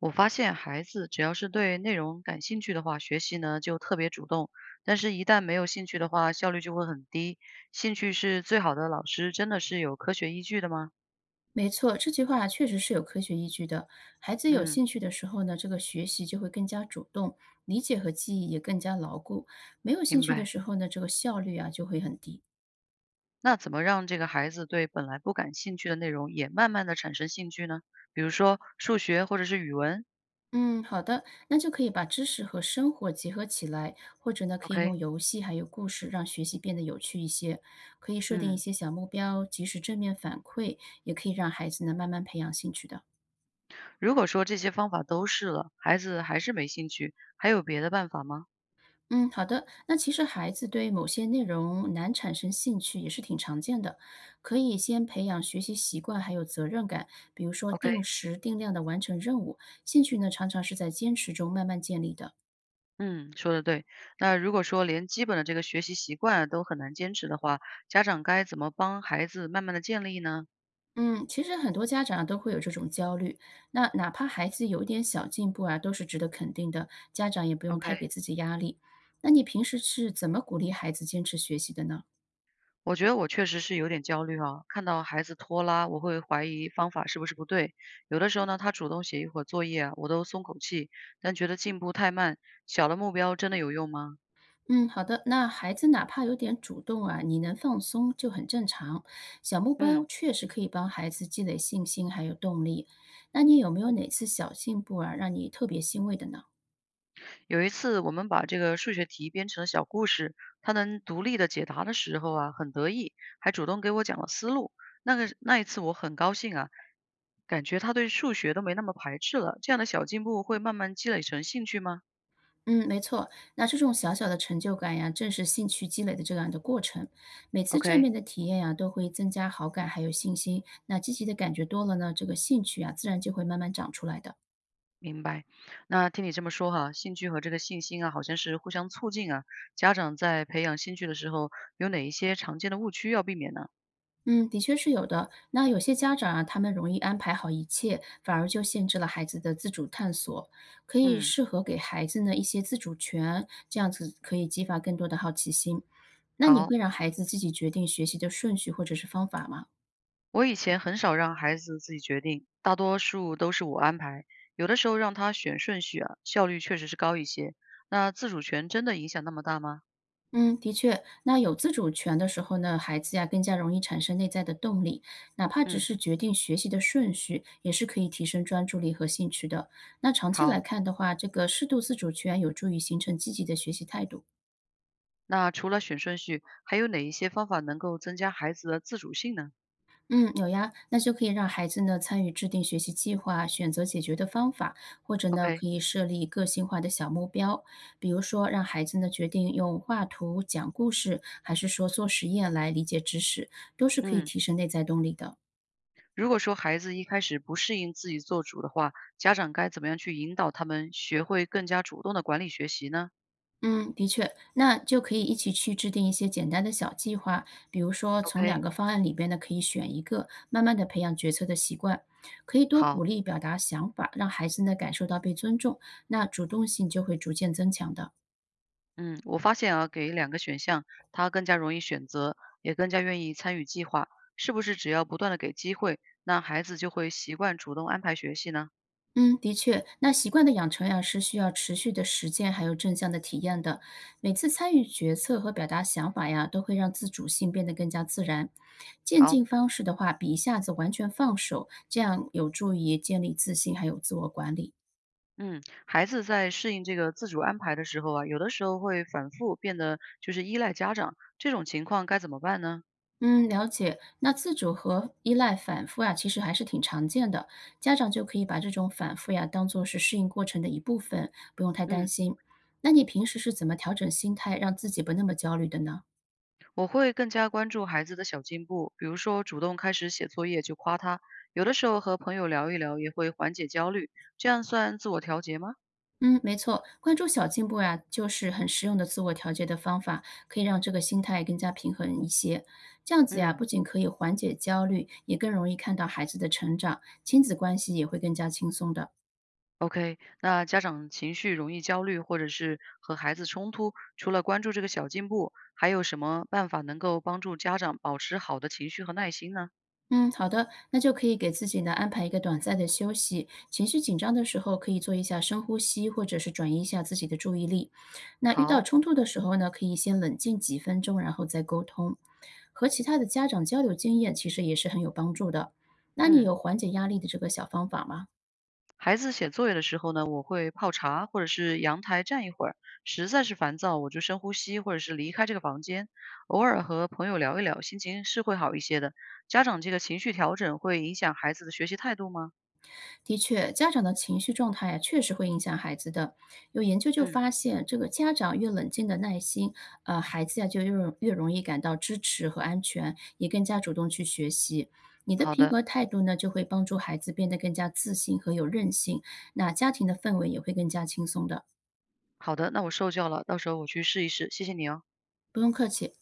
我发现孩子只要是对内容感兴趣的话，学习呢就特别主动；但是，一旦没有兴趣的话，效率就会很低。兴趣是最好的老师，真的是有科学依据的吗？没错，这句话确实是有科学依据的。孩子有嗯，兴趣的时候呢，这个学习就会更加主动，理解和记忆也更加牢固。没有兴明趣的白。时候呢，这个效率啊就会很低。那怎么让这个孩子对本来不感兴趣的内容也慢慢的产生兴趣呢？比如说数学或者是语文嗯，好的，那就可以把知识和生活结合起来，或者呢，可以用？OK，游戏还有故事让学习变得有趣一些。可以设定一嗯，些小目标，及时正面反馈，也可以让孩子呢慢慢培养兴趣的。如果说这些方法都试了，孩子还是没兴趣，还有别的办法吗嗯，好的。那其实孩子对某些内容难产生兴趣也是挺常见的，可以先培养学习习惯，还有责任感，比如说定？OK。时定量的完成任务。兴趣呢，常常是在坚持中慢慢建立的。嗯，说的对。那如果说连基本的这个学习习惯都很难坚持的话，家长该怎么帮孩子慢慢的建立呢嗯，其实很多家长都会有这种焦虑，那哪怕孩子有一点小进步啊，都是值得肯定的，家长也不用太给？OK，自己压力。那你平时是怎么鼓励孩子坚持学习的呢？我觉得我确实是有点焦虑啊，看到孩子拖拉，我会怀疑方法是不是不对。有的时候呢，他主动写一会儿作业啊我都松口气，但觉得进步太慢。小的目标真的有用吗？嗯，好的。那孩子哪怕有点主动啊，你能放松就很正常。小目标嗯确实可以帮孩子积累信心还有动力。那你有没有哪次小进步啊，让你特别欣慰的呢？有一次，我们把这个数学题编成了小故事，他能独立的解答的时候啊，很得意，还主动给我讲了思路。那一次我很高兴啊，感觉他对数学都没那么排斥了。这样的小进步会慢慢积累成兴趣吗嗯，没错。那这种小小的成就感呀，正是兴趣积累的这样的过程。每次正面？OK，的体验呀，都会增加好感还有信心。那积极的感觉多了呢，这个兴趣啊，自然就会慢慢长出来的。明白。那听你这么说哈，兴趣和这个信心啊，好像是互相促进啊。家长在培养兴趣的时候，有哪一些常见的误区要避免呢？嗯，的确是有的。那有些家长啊，他们容易安排好一切，反而就限制了孩子的自主探索。可以嗯，适合给孩子呢一些自主权，这样子可以激发更多的好奇心。那你好。会让孩子自己决定学习的顺序或者是方法吗？我以前很少让孩子自己决定，大多数都是我安排。有的时候让他选顺序啊，效率确实是高一些。那自主权真的影响那么大吗？嗯，的确，那有自主权的时候呢，孩子呀更加容易产生内在的动力，哪怕只嗯，是决定学习的顺序，也是可以提升专注力和兴趣的。那长期来好。看的话，这个适度自主权有助于形成积极的学习态度。那除了选顺序，还有哪一些方法能够增加孩子的自主性呢嗯，有呀，那就可以让孩子呢参与制定学习计划，选择解决的方法，或者呢？OK，可以设立个性化的小目标，比如说让孩子呢决定用画图、讲故事，还是说做实验来理解知识，都是可以嗯，提升内在动力的。如果说孩子一开始不适应自己做主的话，家长该怎么样去引导他们学会更加主动的管理学习呢嗯，的确，那就可以一起去制定一些简单的小计划，比如说从两？OK，个方案里边呢，可以选一个，慢慢的培养决策的习惯，可以多鼓好。励表达想法，让孩子呢感受到被尊重，那主动性就会逐渐增强的。嗯，我发现啊，给两个选项，他更加容易选择，也更加愿意参与计划。是不是只要不断的给机会，那孩子就会习惯主动安排学习呢？嗯，的确，那习惯的养成呀，是需要持续的实践，还有正向的体验的。每次参与决策和表达想法呀，都会让自主性变得更加自然。渐好，进方式的话，比一下子完全放手，这样有助于建立自信，还有自我管理。嗯，孩子在适应这个自主安排的时候啊，有的时候会反复变得就是依赖家长，这种情况该怎么办呢？嗯，了解。那自主和依赖反复呀，其实还是挺常见的。家长就可以把这种反复呀，当做是适应过程的一部分，不用太担嗯，心。那你平时是怎么调整心态，让自己不那么焦虑的呢？我会更加关注孩子的小进步，比如说主动开始写作业就夸他，有的时候和朋友聊一聊也会缓解焦虑，这样算自我调节吗？嗯，没错，关注小进步呀、就是很实用的自我调节的方法，可以让这个心态更加平衡一些。这样子呀，嗯。不仅可以缓解焦虑，也更容易看到孩子的成长，亲子关系也会更加轻松的。OK，那家长情绪容易焦虑，或者是和孩子冲突，除了关注这个小进步，还有什么办法能够帮助家长保持好的情绪和耐心呢？嗯，好的，那就可以给自己呢安排一个短暂的休息。情绪紧张的时候，可以做一下深呼吸，或者是转移一下自己的注意力。那遇到好，冲突的时候呢，可以先冷静几分钟，然后再沟通。和其他的家长交流经验，其实也是很有帮助的。那你嗯，有缓解压力的这个小方法吗？孩子写作业的时候呢，我会泡茶，或者是阳台站一会儿，实在是烦躁，我就深呼吸，或者是离开这个房间，偶尔和朋友聊一聊，心情是会好一些的。家长这个情绪调整会影响孩子的学习态度吗？的确，家长的情绪状态呀，确实会影响孩子的。有研究就嗯，发现，这个家长越冷静的耐心，孩子呀就越容易感到支持和安全，也更加主动去学习。你的好平的，和态度呢，就会帮助孩子变得更加自信和有韧性，那家庭的氛围也会更加轻松的。好的，那我受教了，到时候我去试一试，谢谢你哦。不用客气。